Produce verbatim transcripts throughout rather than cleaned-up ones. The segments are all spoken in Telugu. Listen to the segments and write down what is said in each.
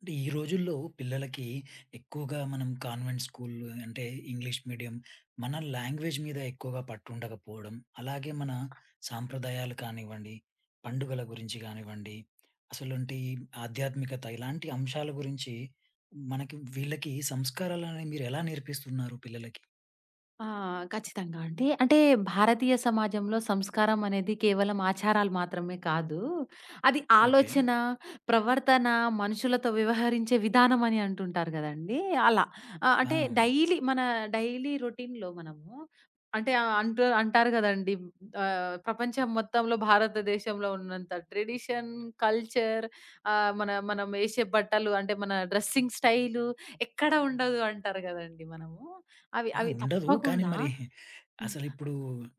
అంటే ఈ రోజుల్లో పిల్లలకి ఎక్కువగా మనం కాన్వెంట్ స్కూల్, అంటే ఇంగ్లీష్ మీడియం, మన లాంగ్వేజ్ మీద ఎక్కువగా పట్టు ఉండకపోవడం, అలాగే మన సాంప్రదాయాలు కానివ్వండి, పండుగల గురించి కానివ్వండి, అసలు ఆధ్యాత్మికత ఇలాంటి అంశాల గురించి మనకి వీళ్ళకి సంస్కారాలు అనేవి మీరు ఎలా నేర్పిస్తున్నారు పిల్లలకి? ఆ! ఖచ్చితంగా అండి. అంటే భారతీయ సమాజంలో సంస్కారం అనేది కేవలం ఆచారాలు మాత్రమే కాదు. అది ఓకే. ఆలోచన, ప్రవర్తన, మనుషులతో వ్యవహరించే విధానం అని అంటుంటారు గదండీ! అలా. ఆహ్, ఆ! అంటే డైలీ మన డైలీ రొటీన్‌లో మనము అంటే ఆహ్, అంటు అంటారు గదండీ! ఆహ్, ప్రపంచం మొత్తంలో భారతదేశంలో ఉన్నంత ట్రెడిషన్, కల్చర్ ఆహ్, మన మనం ఏసే బట్టలు అంటే మన డ్రెస్సింగ్ స్టైలు ఎక్కడ ఉండదు అంటారు గదండీ మనము. అవి ఆ! అవి ఉండదు. కానీ తప్పకుండా. మరి అసలిప్పుడు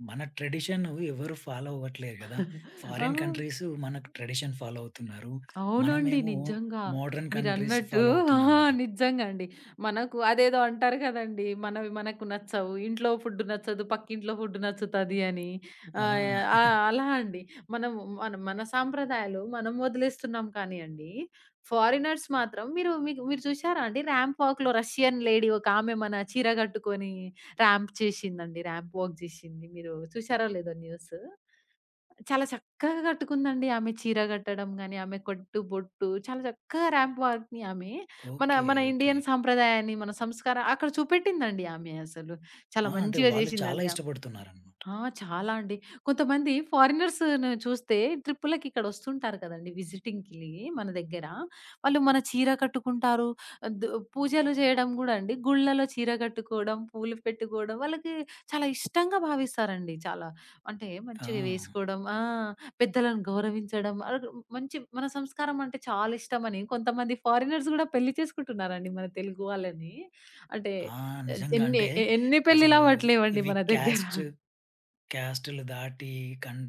మన ట్రెడిషన్ ఎవరు ఫాలో అవ్వట్లేదు గదా! హ్మ్. ఆ! ఫారిన్ కంట్రీస్ మనకు ట్రెడిషన్ ఫాలో అవుతున్నారు. అవునండి. మనమేమో నిజంగా. మోడర్న్ కంట్రీస్ మీరన్నట్టు ఫాలో ఆ! అవుతున్నాం గదా! నిజంగా అండి. మనకు అదేదో అంటారు కదండీ! మనవి మనకు నచ్చవు. ఇంట్లో ఫుడ్ నచ్చదు. పక్కింట్లో ఫుడ్ నచ్చుతది అని. ఆహ్, ఆ! ఆహ్, అలా అండి. మనం మన మన సాంప్రదాయాలు మనం వదిలేస్తున్నాం కానీయండి. ఫారినర్స్ మాత్రం మీరు మీకు మీరు చూసారా అండి? ర్యాంప్ వాక్‌లో రష్యన్ లేడీ ఒకామె మన చీర కట్టుకొని ర్యాంప్ చేసిందండి. ర్యాంప్ వాక్ చేసింది. మీరు చూసారో లేదో న్యూస్? చాలా చక్కగా కట్టుకుందండి ఆమె చీర కట్టడం గాని, ఆమె కట్టు, బొట్టు చాలా చక్కగా రాంప్ వాక్‌ని ఆమె మన ఓకే. మన ఓకే. ఇండియన్ సాంప్రదాయాన్ని, మన సంస్కారం అక్కడ చూపెట్టిందండి ఆమె అసలు. ఆ! చాలా అంటే మంచిగా వాళ్ళు చాలా చేసిందండి ఆమె. ఇష్టపడుతున్నారనమాట. ఆ! చాలా అండి. కొంతమంది ఫారినర్స్‌ని చూస్తే ట్రిప్పులకి ఇక్కడొస్తుంటారు కదండీ విజిటింగ్‌కి మన దగ్గర. వాళ్ళు మన చీర కట్టుకుంటారు. దు పూజలు చేయడం గూడా అండి. గుళ్ళలో చీర కట్టుకోవడం, పూలు పెట్టుకోవడం వాళ్ళకి చాలా ఇష్టంగా భావిస్తారండి చాలా. అంటే ఆ! మంచిగా వేసుకోవడం ఆ! పెద్దలను గౌరవించడం అలగ్ మంచి మన సంస్కారం అంటే చాలా ఇష్టమని కొంతమంది ఫారినర్స్ గూడా పెళ్లి చేసుకుంటున్నారండి మన తెలుగు వాళ్ళని. అంటే ఆ! నిజంగా ఎన్ని అంటే ఎన్ని పెళ్ళిలు అసలు అవ్వట్లేవండి ఇవి మన దగ్గర. క్యాస్ట్ క్యాస్ట్‌లు దాటి కన్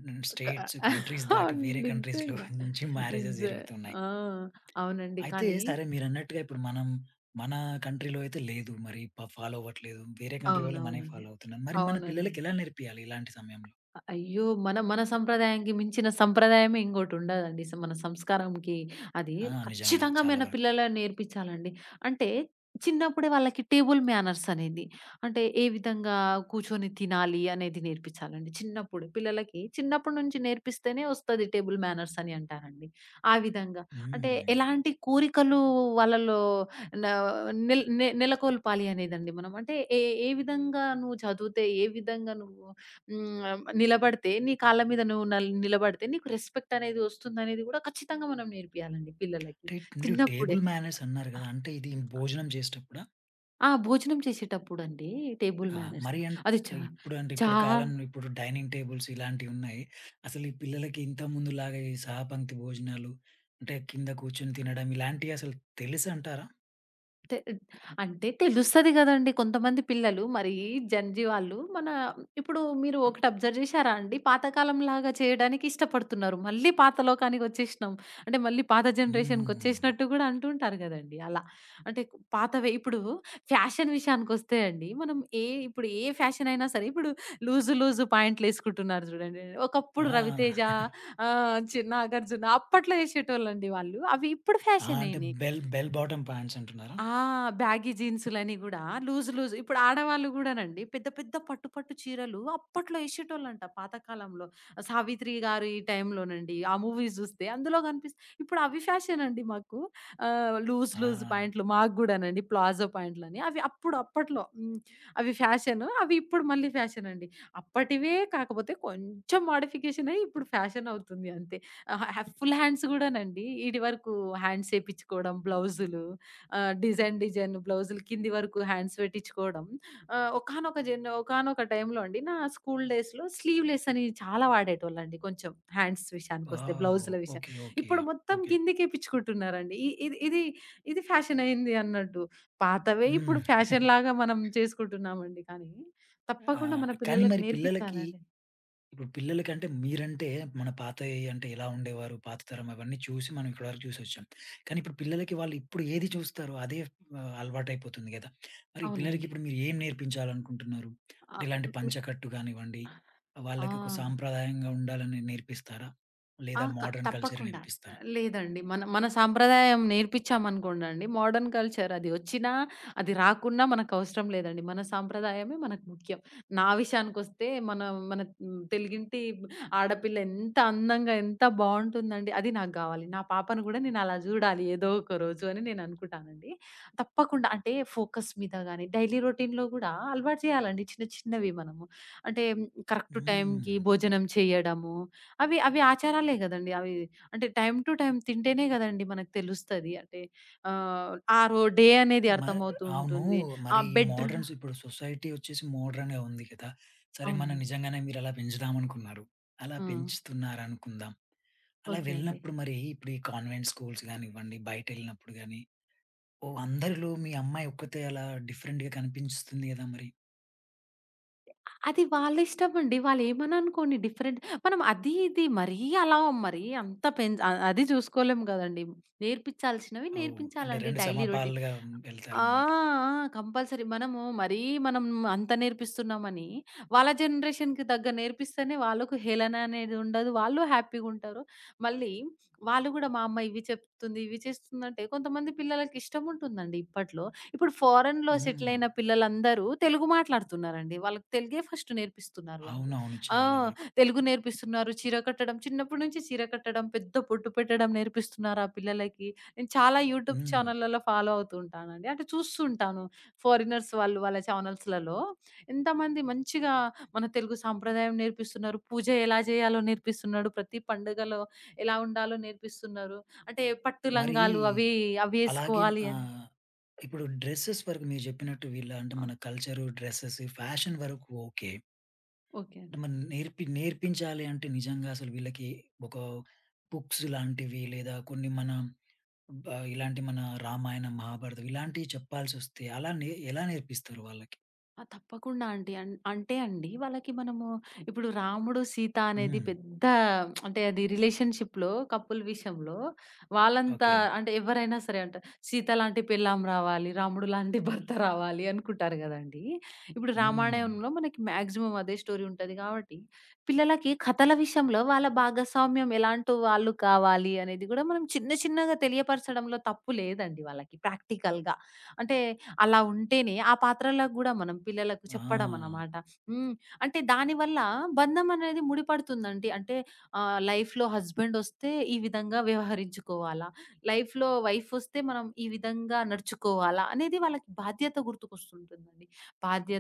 క స్టేట్స్, కంట్రీస్ దాటి అవును. వేరే కంట్రీస్‌లో నిజంగా. నుంచి మ్యారేజెస్ నిజమే. జరుగుతున్నాయి. ఆ! అవునండి. అయితే కానీ సరే మీరన్నట్టుగా ఇప్పుడు మనం మన కంట్రీలో అయితే లేదు. మరి ప ఫాలో అవ్వట్లేదు. వేరే కంట్రీ వాళ్ళు మనయి అవునవునండి. ఫాలో అవుతున్నారు. మరి మన అవునండి. పిల్లలకి ఎలా నేర్పియాలి ఇలాంటి సమయంలో? అయ్యో! మన మన సంప్రదాయానికి మించిన సంప్రదాయమే ఇంకోటుండదండి. స మన సంస్కారంకి అది ఆ! నిజంగా ఖచ్చితంగా చాలా మన వరకు. పిల్లలని నేర్పించాలండి. అంటే చిన్నప్పుడే వాళ్ళకి టేబుల్ మేనర్స్ అనేది అంటే ఏ విధంగా కూర్చొని తినాలి అనేది నేర్పించాలండి చిన్నప్పుడు. పిల్లలకి చిన్నప్పటి నుంచి నేర్పిస్తేనే వస్తది టేబుల్ మేనర్స్ అని అంటారండి. ఆ విధంగా అంటే హ్మ్. ఎలాంటి కోరికలు వాళ్ళలో న నెల్ నె నెలకొల్పాలి అనేదండి మనం. అంటే ఏ ఏ విధంగా నువ్వు చదివితే, ఏ విధంగా నువ్వు హ్మ్. నిలబడితే నీ కాళ్ళ మీద నువ్వు నల్ నిలబడితే నీకు రెస్పెక్ట్ అనేది వస్తుందనేది గూడా ఖచ్చితంగా మనం నేర్పియాలండి పిల్లలకి. అంటే మీరు చిన్నప్పుడే. టేబుల్ మేనర్స్ అన్నారు గదా! అంటే ఇది భోజనం చేసేటప్పుడా? ఆ! భోజనం చేసేటప్పుడండి టేబుల్ ఆ! మేనర్స్ మరి అన్ అది చా ఇప్పుడు అంటే చా ఇప్పుడు కాలం ఇప్పుడు డైనింగ్ టేబుల్స్ ఇలాంటివి ఉన్నాయి. అసలు ఈ పిల్లలకి ఇంతకుముందులాగా ఈ సహపంక్తి భోజనాలు అంటే కింద కూర్చొని తినడం ఇలాంటివి అసలు తెలుసంటారా? తె అంటే తెలుస్తది గదండీ. కొంతమంది పిల్లలు మరి జెన్‌జీ వాళ్ళు మన ఇప్పుడు మీరు ఒకటి అబ్జర్వ్ జేశారా అండి? పాతకాలంలాగా చేయడానికి ఇష్టపడుతున్నారు. మళ్ళీ పాత లోకానికొచ్చేసినాం. అంటే మళ్ళీ పాత హ్మ్. జనరేషన్‌కొచ్చేసినట్టు గూడా అంటుంటారు గదండీ అలా. అంటే పాతవే ఇప్పుడు ఫ్యాషన్ విషయానికొస్తే అండి మనం ఏ ఇప్పుడు ఏ ఫ్యాషన్ అయినా సరే ఇప్పుడు లూజు లూజు ప్యాంట్‌లేసుకుంటున్నారు జూడండి. ఆ! ఒకప్పుడు 'రవితేజ' ఆహ్, చి 'నాగార్జున' అప్పట్లో యేసేటోళ్ళండి వాళ్ళు. అవి ఇప్పుడు ఆ! ఫ్యాషన్ అంటే అయినాయి. బెల్ బెల్ బాటమ్ పాంట్స్ అంటున్నారా? ఆ! బ్యాగీ జీన్సులని గూడా లూజ్ లూజ్ ఇప్పుడు ఆడవాళ్ళు గూడానండి పెద్ద పెద్ద పట్టు పట్టు చీరలు అప్పట్లో ఎషేటోళ్ళంట పాతకాలంలో. 'సావిత్రి గారు' ఈ టైంలోనండి. ఆ మూవీస్ జూస్తే అందులో గనిపిస్ ఇప్పుడు అవి ఫ్యాషన్ అండి మాకు. ఆహ్, లూజ్ ఆ! లూజ్ ప్యాంట్లు మాకు గూడానండి ప్లాజో ప్యాంట్లని. అవి అప్పుడు అప్పట్లో హ్మ్. అవి ఫ్యాషను. అవి ఇప్పుడు మళ్ళీ ఫ్యాషన్ అండి. అప్పటివే కాకపోతే కొంచెం మోడిఫికేషన్ అయ్యి ఇప్పుడు ఫ్యాషన్ అవుతుంది అంతే. ఆహ్, ఫుల్ హ్యాండ్స్ గూడానండి. ఈడి వరకు హ్యాండ్స్ ఏపిచ్చుకోవడం, బ్లౌజులు. ఆహ్, డిజైన్, డిజైన్ బ్లౌజులు కింది వరకు హ్యాండ్స్ పెట్టించుకోవడం. ఆహ్, ఒకానొక జన్ ఒకానొక టైంలో అండి నా స్కూల్ డేస్‌లో స్లీవ్‌లెస్ అని చాలా వాడేటోళ్ళండి కొంచెం హ్యాండ్స్ విషయానికొస్తే వావ్! బ్లౌజుల విషయం. ఓకే. ఓకే. ఇప్పుడు మొత్తం ఓకే. కిందికే పిచ్చుకుంటున్నారండి. ఇ ఇది ఇది ఇది ఫ్యాషన్ అయింది అన్నట్టు. పాతవే హ్మ్. ఇప్పుడు ఫ్యాషన్‌లాగా మనం చేసుకుంటున్నామండి. కానీ ఆ! తప్పకుండా మన కానీ పిల్లలకు మరి పిల్లలకి నేర్పించాలండి. ఇప్పుడు పిల్లలకంటే మీరంటే మన పాతయి అంటే ఎలా ఉండేవారు, పాత తరం అవన్నీ చూసి మనం ఇప్పటివరకు చూసొచ్చాం. కానీ ఇప్పుడు పిల్లలకి వాళ్ళు ఇప్పుడు ఏది చూస్తారో అదే ఆహ్, అలవాటైపోతుంది గదా! మరి పిల్లలకి అవునండి. ఇప్పుడు మీరు ఏం నేర్పించాలనుకుంటున్నారు? ఆ! అంటే ఇలాంటి మీ పంచకట్టు కానివ్వండి, ఆ! వాళ్ళకి ఒక సాంప్రదాయంగా ఉండాలని నేర్పిస్తారా? ఆ! లేదా క మోడర్న్ కల్చర్ తప్పకుండా. నేర్పిస్తారా? లేదండి. మన మన సాంప్రదాయం నేర్పించామనుకోండండి, మోడర్న్ కల్చర్ అది వచ్చినా, అది రాకున్నా మనకవసరం లేదండి. మన సాంప్రదాయమే మనకు ముఖ్యం. నా విషయానికొస్తే మన మన హ్మ్, తెలుగింటి ఆడపిల్ల ఎంత అందంగా, ఎంత బావుంటుందండి, అది నాకు గావాలి. నా పాపను గూడా నేను అలా జూడాలి ఏదో ఒక రోజు అని నేననుకుంటానండి. తప్పకుండా అంటే ఫోకస్ మీద గాని, డైలీ రొటీన్‌లో గూడా అలవాటు చేయాలండి చిన్న చిన్నవి మనము. అంటే కరెక్ట్ హ్మ్. టైంకి భోజనం చేయడము అవి, అవి ఆచారాలే గదండీ! అవి అంటే టైమ్ టు టైమ్ తింటేనే గదండీ మనకు తెలుస్తది. అంటే ఆహ్, ఆ రో డే అనేది మ అర్థమవుతూ అవును. ఉంటుంది. ఆ మరి ఈ బెడ్ మోడర్న్స్ ఇప్పుడు సొసైటీ వచ్చేసి మోడర్న్‌గా ఉంది కదా! సరే మనం అవునండి. నిజంగానే మీరలా పెంచుదామనుకున్నారు. అలా ఆ! పెంచుతున్నారనుకుందాం. అలా ఓకే అండి. వెళ్ళినప్పుడు మరి ఇప్పుడు ఈ కాన్వెంట్ స్కూల్స్ గానివ్వండి, బయటెళ్ళినప్పుడు గాని, ఓహ్! అందరిలో మీ అమ్మాయి ఒక్కతే అలా డిఫరెంట్‌గా కనిపించుతుంది కదా మరి. అది వాళ్ళిష్టమండి. వాళ్ళేమని అనుకోని డిఫరెంట్ మనం అది ఇది మరీ అలా మరీ అంత పెంచ్ అ అది చూసుకోలేం గదండీ! నేర్పించాల్సినవి ఓహ్! అంటే నేర్పించాలండి రెండు డైలీ రొటీన్. సమపాలుగా ఆ! వెళ్తారనమాట. ఆ! కంపల్సరీ. మనము మరీ మనం అంత నేర్పిస్తున్నామని, వాళ్ళ జనరేషన్‌కి తగ్గ నేర్పిస్తేనే వాళ్ళకు హేళన అనేది ఉండదు. వాళ్ళు హ్యాపీగుంటారు. మళ్ళీ వాళ్ళు గూడా మా అమ్మ ఇవి చెప్తుంది, ఇవి చేస్తుందంటే కొంతమంది పిల్లలకి ఇష్టముంటుందండి ఇప్పట్లో. ఇప్పుడు ఫారెన్‌లో సెటిల్ హ్మ్. అయిన పిల్లలందరూ తెలుగు మాట్లాడుతున్నారండి. వాళ్ళకి తెలుగే ఫస్ట్ నేర్పిస్తున్నారు వాళ్ళు. అవునవును. ఆ! చాలా వరకు. తెలుగు నేర్పిస్తున్నారు. చీర కట్టడం చిన్నప్పటి నుంచి చీర కట్టడం, పెద్ద బొట్టు పెట్టడం నేర్పిస్తున్నారు ఆ పిల్లలకి. నేను చాలా యూట్యూబ్ హ్మ్. ఛానల్లలో ఫాలో అవుతూ ఉంటానండి. అంటే చూస్తుంటాను. ఫారినర్స్ వాళ్ళు వాళ్ళ ఛానల్స్‌లలో ఎంతమంది మంచిగా మన తెలుగు సాంప్రదాయం నేర్పిస్తున్నారు. పూజ ఎలా చేయాలో నేర్పిస్తున్నాడు. ప్రతి పండుగలో ఎలా ఉండాలో నేర్పిస్తున్నారు. అంటే పట్టు మరీ లంగాలు అవి అవి అలాగే ఏసుకోవాలి అని. ఆహ్, ఇప్పుడు డ్రెసెస్ వరకు మీరు చెప్పినట్టు వీళ్ళ అంటే ఆ! మన కల్చరు, డ్రెసెస్, ఫ్యాషన్ వరకు ఓకే. ఓకే అండి. మనం నేర్పి నేర్పించాలి అంటే నిజంగా అసలు వీళ్ళకి ఒక బుక్స్ లాంటివి లేదా కొన్ని మన బ ఇలాంటి మన రామాయణం, మహాభారతం ఇలాంటివి చెప్పాల్సొస్తే అలా నే ఎలా నేర్పిస్తారు వాళ్ళకి? ఆ! తప్పకుండా అండి. అన్ అంటే అండి వాళ్ళకి మనము ఇప్పుడు రాముడు, సీత అనేది హ్మ్. పెద్ద అంటే అది రిలేషన్‌షిప్‌లో కపుల్ విషయంలో వాళ్ళంత ఓకే. అంటే ఎవరైనా సరే అంటారు. సీత లాంటి పెళ్ళాం రావాలి, రాముడు లాంటి భర్త రావాలి అనుకుంటారు గదండీ! ఇప్పుడు హ్మ్. రామాయణంలో మనకి మాక్సిమం అదే స్టోరీ ఉంటది గాబట్టి, పిల్లలకి కథల విషయంలో వాళ్ళ భాగస్వామ్యం ఎలాంటి వాళ్ళు కావాలి అనేది గూడా మనం చిన్న చిన్నగా తెలియపరచడంలో తప్పు లేదండి వాళ్ళకి ప్రాక్టికల్‌గా. అంటే అలా ఉంటేనే ఆ పాత్రలకు గూడా మనం పిల్లలకు చెప్పడం ఆ! అన్నమాట. హ్మ్. అంటే దానివల్ల బంధం అనేది ముడిపడుతుందండి. అంటే ఆహ్, లైఫ్‌లో హస్బెండ్ ఒస్తే ఈ విధంగా వ్యవహరించుకోవాలా? లైఫ్‌లో వైఫ్ ఒస్తే మనం ఈ విధంగా నడుచుకోవాలా? అనేది వాళ్ళకి బాధ్యత గుర్తుకొస్తుంటుందండి. బాధ్యత,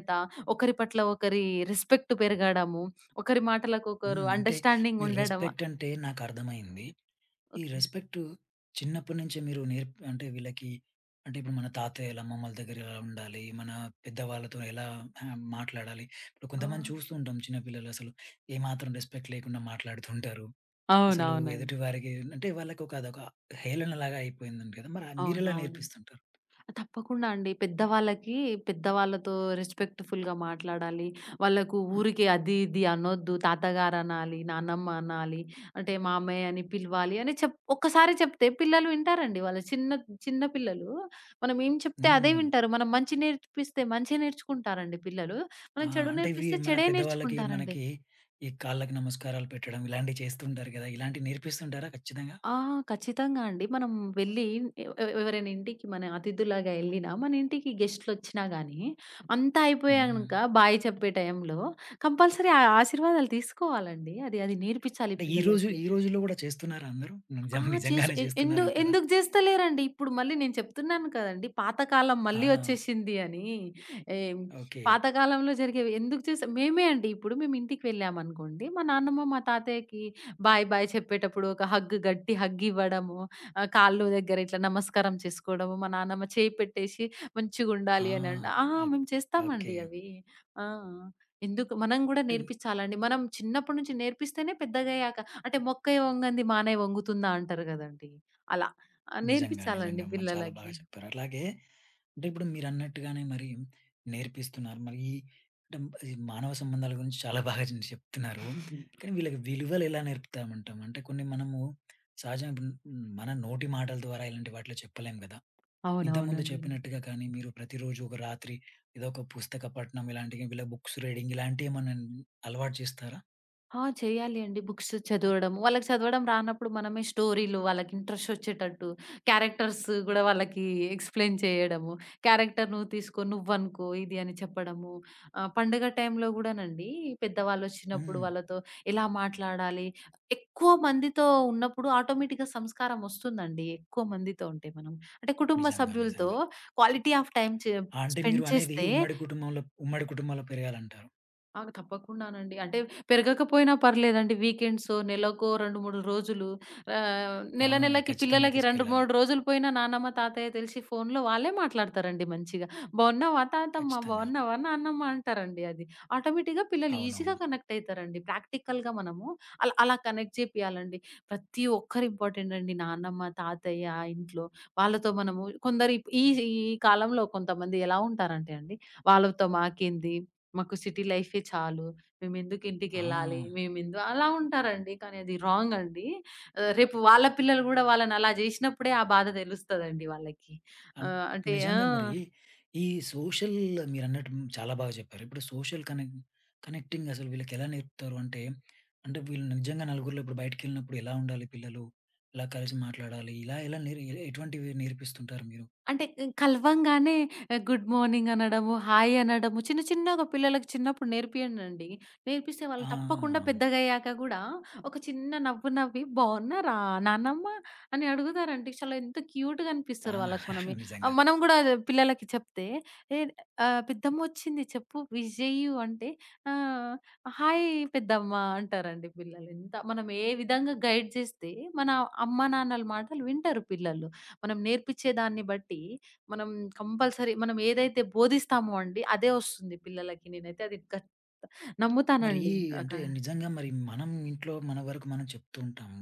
ఒకరి పట్ల ఒకరి రెస్పెక్ట్ పెరగడము, ఒకరి మాటలకు ఒకరు హ్మ్. అంటే అండర్‌స్టాండింగ్ మీరు ఉండడం. రెస్పెక్ట్ అంటే నాకర్థమైంది. ఈ ఓకే. రెస్పెక్ట్ చిన్నప్పటి నుంచే మీరు నేర్ప్ అంటే వీళ్ళకి అంటే ఇప్పుడు మన తాతయ్యలు, అమ్మమ్మల దగ్గర ఎలా ఉండాలి? మన పెద్దవాళ్ళతో ఎలా ఆహ్, మాట్లాడాలి? ఇప్పుడు ఆ! కొంతమంది చూస్తూ ఉంటాం చిన్నపిల్లలు అసలు ఏమాత్రం రెస్పెక్ట్ లేకుండా మాట్లాడుతుంటారు. అసలు అవునవునండి. ఎదుటి వారికి అంటే వాళ్ళకొక అదొక హేళనలాగా అయిపోయిందంట కదా! మరి మీరెలా అవునవును. నేర్పిస్తుంటారు? తప్పకుండా అండి. పెద్దవాళ్ళకి పెద్దవాళ్ళతో రెస్పెక్ట్‌ఫుల్‌గా మాట్లాడాలి. వాళ్ళకు ఊరికే అది, ఇది అనొద్దు. తాతగారనాలి, నానమ్మ అనాలి, అంటే మామయ్య అని పిలవాలి అని చెప్ ఒక్కసారి చెప్తే పిల్లలు వింటారండి. వాళ్ళ చిన్న చిన్న పిల్లలు మనం ఏం చెప్తే అదే హ్మ్. వింటారు. మనం మంచి నేర్పిస్తే మంచే నేర్చుకుంటారండి పిల్లలు. ఆ! మనం చెడు అంటే ఇవి నేర్పిస్తే మన చెడే పెద్దవాళ్ళకి, నేర్చుకుంటారండి. మనకి ఈ కాళ్ళకి నమస్కారాలు పెట్టడం ఇలాంటివి చేస్తుంటారు కదా! ఇలాంటివి నేర్పిస్తుంటారా ఖచ్చితంగా? ఆ! ఖచ్చితంగా అండి. మనం వెళ్లి ఎవ్ ఎవ్ ఎవరైనా ఇంటికి మన అతిథులాగా ఎళ్ళినా, మన ఇంటికి గెస్ట్‌లొచ్చినా గానీ, అంతా హ్మ్. అయిపోయానంక బాయ్ చెప్పే టైంలో కంపల్సరీ ఆ ఆశీర్వాదాలు తీసుకోవాలండి. అది అది నేర్పించాలి అంటే ఈ రోజు పిల్లలకి. ఈ రోజుల్లో గూడా చేస్తున్నారా అందరూ? ఆ! నిజం చేసు నిజంగానే ఎ ఎందు చేస్తున్నారంటారా? ఎందుకు జేస్తలేరండి? ఇప్పుడు మళ్ళీ నేను చెప్తున్నాను కదండీ! పాతకాలం ఆ! మళ్ళీ ఒచ్చేసింది అని. ఏం ఓకే. పాతకాలంలో జరిగేవి ఎందుకు చేసాం మేమే అండి. ఇప్పుడు మేము ఇంటికి వెళ్ళామనుకోండి, మా నాన్నమ్మ, మా తాతయ్యకి బాయ్, బాయ్ చెప్పేటప్పుడు ఒక హగ్ గట్టి హగ్ ఇవ్వడము, ఆహ్, కాళ్ళు దగ్గర ఇట్లా నమస్కారం చేసుకోవడము, మా నాన్నమ్మ చేయి పెట్టేసి ఆ! మంచిగుండాలి అనండ ఆ! ఓక్ మేము ఓకే. చేస్తామండి అవి. ఆ! ఎందుకు మనం గూడా అంటే నేర్పిచ్చాలండి. మనం చిన్నప్పటి నుంచి నేర్పిస్తేనే పెద్దగయ్యాక అంటే "మొక్కే వంగంది మానై వంగుతుందా" అంటారు గదండీ! అలా. ఆహ్, నిజంగా, నిజంగా నేర్పించాలండి మ చాలా బాగా పిల్లలకి. చెప్పారు. అట్లాగే అంటే ఇప్పుడు మీరన్నట్టుగానే మరి నేర్పిస్తున్నారు. మరి ఈ అంటే ఈ మానవ సంబంధాల గురించి చాలా బాగా చె చెప్తున్నారు. కానీ వీళ్ళకి విలువలు ఎలా నేర్పుతామంటాం? అంటే కొన్ని మనము సహజంగా ఇప్పుడు మన నోటి మాటల ద్వారా ఇలాంటి వాటిలో చెప్పలేం గదా! ఇంతకుముందు అవునవునండి. చెప్పినట్టుగా కానీ మీరు ప్రతిరోజు ఒక రాత్రి ఏదో ఒక పుస్తక పఠనం ఇలాంటివి ఇలా బుక్స్ రీడింగ్ ఇలాంటియేమన్నా అలవాటు చేస్తారా? ఆ! చేయాలి అండి. బుక్స్ చదవడం. వాళ్ళకి చదవడం రానప్పుడు మనమే స్టోరీలు వాళ్ళకి ఇంట్రెస్ట్ వచ్చేటట్టు, క్యారెక్టర్స్ గూడా వాళ్ళకి ఎక్స్‌ప్లెయిన్ చేయడము. క్యారెక్టర్ నువ్వు తీసుకో, నువ్వనుకో ఇది అని చెప్పడము. ఆహ్, పండుగ టైంలో గూడానండి పెద్దవాళ్ళొచ్చినప్పుడు హ్మ్. వాళ్ళతో ఎలా మాట్లాడాలి, ఎక్కువ మందితో ఉన్నప్పుడు ఆటోమేటిక్‌గా సంస్కారం ఒస్తుందండి. ఎక్కువ మందితో ఉంటే మనం. అంటే కుటుంబ నిజంగా. సభ్యులతో నిజంగా. క్వాలిటీ ఆఫ్ టైమ్ చే ఆ! అంటే స్పెండ్ మీరు అనేది చేస్తే ఉమ్మడి కుటుంబంలో ఉమ్మడి కుటుంబంలో పెరగాలంటారు. ఆ! తప్పకుండానండి. అంటే పెరగకపోయినా పర్లేదండి. వీకెండ్సో, నెలకో రెండు, మూడు రోజులు ఆహ్, ఆ! నెల నెలకి ఖచ్చితంగా పిల్లలకి రెండు, తీసుకెళ్ళాలి. మూడు రోజులు పోయినా నానమ్మ, తాతయ్య తెలిసి ఫోన్‌లో వాళ్ళే మాట్లాడతారండి మంచిగా. "బావున్నావా తాతమ్మ? ఖచ్చితంగా. బావున్నావా నానమ్మ?" అంటారండి అది. ఆటోమేటిక్‌గా పిల్లలు ఈజీగా అవునవును. కనెక్ట్ అయితారండి. ప్రాక్టికల్‌గా మనము అలా అలా కనెక్ట్ చేపియాలండి. ప్రతి ఒక్కరు ఇంపార్టెంట్ అండి. నానమ్మ, తాతయ్య ఇంట్లో వాళ్ళతో మనము కొందరు ఈ ఈ కాలంలో కొంతమంది ఎలా ఉంటారంటే అండి, వాళ్ళతో మాకేంది? మాకు సిటీ లైఫే చాలు. మేమెందుకు ఆ! ఇంటికెళ్ళాలి? మేమెందు అలా ఉంటారండి. కానీ అది రాంగ్ అండి. ఆహ్, రేపు వాళ్ళ పిల్లలు గూడా వాళ్ళని అలా జేసినప్పుడే ఆ బాధ దెలుస్తదండి వాళ్ళకి. అన్ ఆహ్, ఇప్పుడు అంటే ఆ! నిజంగా మరి ఈ సోషల్ మీరన్నట్టు హ్మ్, చాలా బాగా చెప్పారు. ఇప్పుడు సోషల్ కనెక్ట్ కనెక్టింగ్ అసలు వీళ్ళకి ఎలా నేర్పుతారు అంటే, అంటే వీళ్ళు నిజంగా నలుగురిలో ఇప్పుడు బయటికెళ్ళినప్పుడు ఎలా ఉండాలి పిల్లలు? ఎలా కలిసి మాట్లాడాలి? ఇలా ఎలా నేర్ ఎ- ఎటువంటివి నేర్పిస్తుంటారు మీరు? అంటే ఇం కలవంగానే ఆహ్, గుడ్ మార్నింగ్ అనడము, హాయ్ అనడము చిన్న చిన్నగా పిల్లలకి చిన్నప్పుడు నేర్పియండండి. నేర్పిస్తే వాళ్ళు తప్పకుండా ఆ! పెద్దగయ్యాక గూడా ఒక చిన్న నవ్వు నవ్వి బావున్నారా నానమ్మ అని అడుగుతారండి. చాలా ఎంత క్యూట్‌గా ఆ! అనిపిస్తారు వాళ్ళకి మనమే ఆహ్, నిజంగా. మనం గూడా పిల్లలకి చెప్తే ఏ ఆహ్, పెద్దమ్మొచ్చింది చెప్పు విష్ జెయ్యు అంటే ఆ! హాయ్ పెద్దమ్మ అంటారండి పిల్లలు. ఎంత మనం ఏ విధంగా గైడ్ చేస్తే మన అమ్మ నాన్నల మాటలు వింటారు పిల్లలు. మనం నేర్పించే దాన్ని బట్టి మనం కంపల్సరీ మనం ఏదైతే బోధిస్తామో అండి అదే వస్తుంది పిల్లలకి. నేనైతే అది గట్ మరి నమ్ముతానండి. అక అంటే నిజంగా మరి మనం ఇంట్లో మన వరకు మనం చెప్తూ ఉంటాము.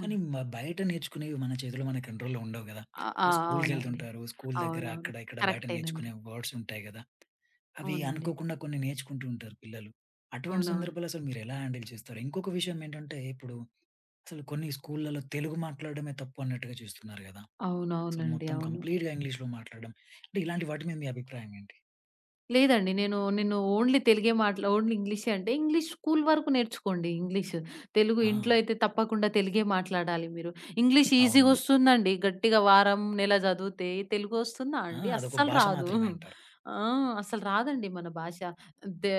కానీ మ బయట నేర్చుకునేవి మన చేతిలో మన కంట్రోల్‌లో ఉండవు గదా! ఆ! ఆ! అంటే అవునండి. స్కూల్‌కెళ్తుంటారు. స్కూల్ దగ్గర అవునవును. అక్కడ ఇక్కడ బయట నేర్చుకునే కరెక్టేనండి. వర్డ్స్ ఉంటాయి గదా! అవి అవునండి. అనుకోకుండా కొన్ని నేర్చుకుంటూ ఉంటారు పిల్లలు. అటువంటి అవునవును. సందర్భాల్లో అసలు మీరెలా హ్యాండిల్ చేస్తారు? ఇంకొక విషయం ఏంటంటే, ఇప్పుడు అసలు కొన్ని స్కూల్‌లలో తెలుగు మాట్లాడడమే తప్పు అన్నట్టుగా చూస్తున్నారు గదా! అసలు అవునవునండి. మొత్తం అవును. కంప్లీట్‌గా ఇంగ్లీష్‌లో మాట్లాడడం. అంటే ఇలాంటి వాటి మీద మీ అభిప్రాయం ఏంటి? లేదండి. నేను నేను ఓన్లీ తెలుగే మాట్లా ఓన్లీ ఇంగ్లీషే అంటే ఇంగ్లీష్ స్కూల్ వరకు నేర్చుకోండి ఇంగ్లీష్. తెలుగు ఆ! ఇంట్లో అయితే తప్పకుండా తెలుగే మాట్లాడాలి మీరు. ఇంగ్లీష్ అవును. ఈజీగొస్తుందండి. గట్టిగా వారం, నెల చదివితే తెలుగొస్తుందా ఆ! అండి? అదొక అస్సలు భాష రాదు. మాత్రమే అంటారు. ఆ! అసలు రాదండి మన భాష. దే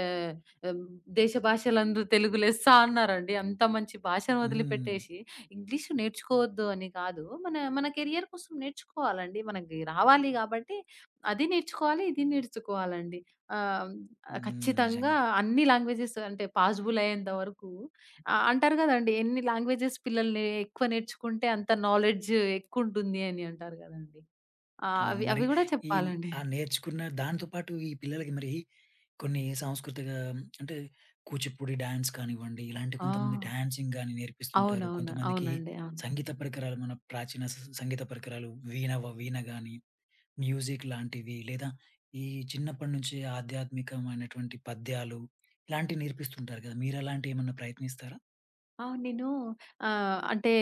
ఆహ్, దేశ భాషలందు తెలుగు లెస్స అన్నారండి. అంత మంచి భాషను హ్మ్. వదిలిపెట్టేసి ఇంగ్లీష్ నేర్చుకోవద్దు అని కాదు. మన మన కెరియర్ కోసం నేర్చుకోవాలండి. మనకి రావాలి కాబట్టి అది నేర్చుకోవాలి, ఇది నేర్చుకోవాలండి. ఆహ్, హ్మ్. ఖచ్చితంగా నిజంగా. అన్ని లాంగ్వేజెస్ అంటే పాసిబుల్ అయ్యేంత వరకు ఆహ్, అంటారు గదండీ! ఎన్ని లాంగ్వేజెస్ పిల్లల్ని ఎక్కువ నేర్చుకుంటే అంత నాలెడ్జ్ ఎక్కువుంటుంది అని అంటారు గదండీ! ఆ! అవును. అవి మరి అవి గూడా ఈ చెప్పాలండి. ఆ నేర్చుకున్న దాంతో పాటు ఈ పిల్లలకి మరి కొన్ని సాంస్కృతిక అంటే కూచిపూడి డాన్స్ కానివ్వండి, ఇలాంటి ఆ! కొంతమంది డాన్సింగ్ గాని నేర్పిస్తుంటారు. అవునవును. కొంతమందికి అవునండి. అవును. సంగీత పరికరాలు మన ప్రాచీన స సంగీత పరికరాలు వీణ వ వీణ గాని, మ్యూజిక్ లాంటివి లేదా ఈ చిన్నప్పటి నుంచి ఆధ్యాత్మికమైనటువంటి పద్యాలు ఇలాంటివి నేర్పిస్తుంటారు కదా! మీరలాంటియేమన్నా ప్రయత్నిస్తారా? అవును. నేను ఆహ్, అంటే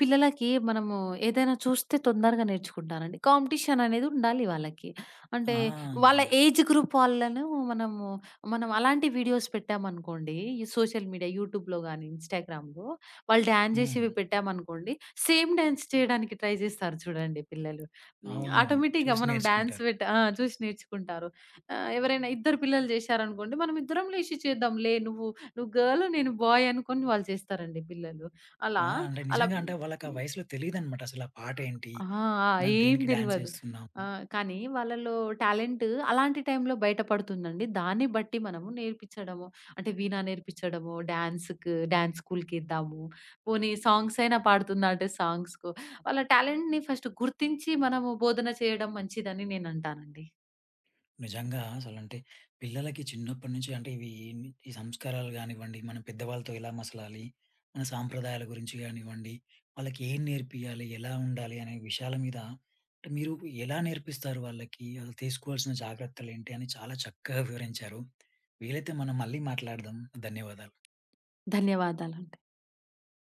పిల్లలకి మనము ఏదైనా చూస్తే తొందరగా నేర్చుకుంటారండి. కాంపిటీషన్ అనేది ఉండాలి వాళ్ళకి. అంటే ఆ! వాళ్ళ నిజంగా. ఏజ్ గ్రూప్ వాళ్ళను మనము మనం అలాంటి వీడియోస్ పెట్టామనుకోండి, ఈ సోషల్ మీడియా యూట్యూబ్‌లో గాని, ఇన్‌స్టాగ్రామ్‌లో వాళ్ళు డాన్స్ హ్మ్. చేసేవి పెట్టామనుకోండి, సేమ్ డాన్స్ చేయడానికి ట్రై చేస్తారు చూడండి పిల్లలు. హ్మ్. అవునవును. ఆటోమేటిక్‌గా చూసి మనం డాన్స్ నేర్చుకుంటారు. పెట్ట ఆ! చూసి నేర్చుకుంటారు. ఆహ్, ఎవరైనా ఇద్దరు పిల్లలు చేశారనుకోండి, మనం ఇద్దరం లేసి చేద్దాంలే నువ్వు నువ్వు గర్ల్ నేను బాయ్ అనుకోని వాళ్ళు చేస్తారండి పిల్లలు. ఆ! అలా, అంటే అలా నిజంగా అంటే వాళ్ళకా హ్మ్. వయసులో తెలీదనమాట అసలు ఆ పాటేంటి? ఆ! ఆ! మనం ఏం దేనికి డాన్స్ తెలవదు. ఏస్తున్నాం? ఆ! కానీ వాళ్ళలో టాలెంట్ అలాంటి టైంలో బయటపడుతుందండి. దాన్ని బట్టి మనము నేర్పించడము, అంటే వీణా నేర్పించడము, డాన్స్‌కి డాన్స్ స్కూల్‌కిద్దాము. పోనీ సాంగ్స్ అయినా పాడుతుందా అంటే సాంగ్స్‌కో వాళ్ళ టాలెంట్‌ని ఫస్ట్ గుర్తించి మనము బోధన చేయడం మంచిదని నేనంటానండి. నిజంగా అసలంటే పిల్లలకి చిన్నప్పటి నుంచి అంటే ఇవి ఈ సంస్కారాలు గానివ్వండి, మనం పెద్దవాళ్ళతో ఎలా మసలాలి? మన సాంప్రదాయాల గురించి గానివ్వండి, వాళ్ళకి ఏం నేర్పియాలి? ఎలా ఉండాలి? అనే విషయాల మీద అంటే మీరు ఎలా నేర్పిస్తారు వాళ్ళకి? ఆళ్ళు తీసుకోవాల్సిన జాగ్రత్తలేంటి? అని చాలా చక్కగా వివరించారు. వీలైతే మనం మళ్ళీ మాట్లాడదాం. ధన్యవాదాలు. ధన్యవాదాలండి.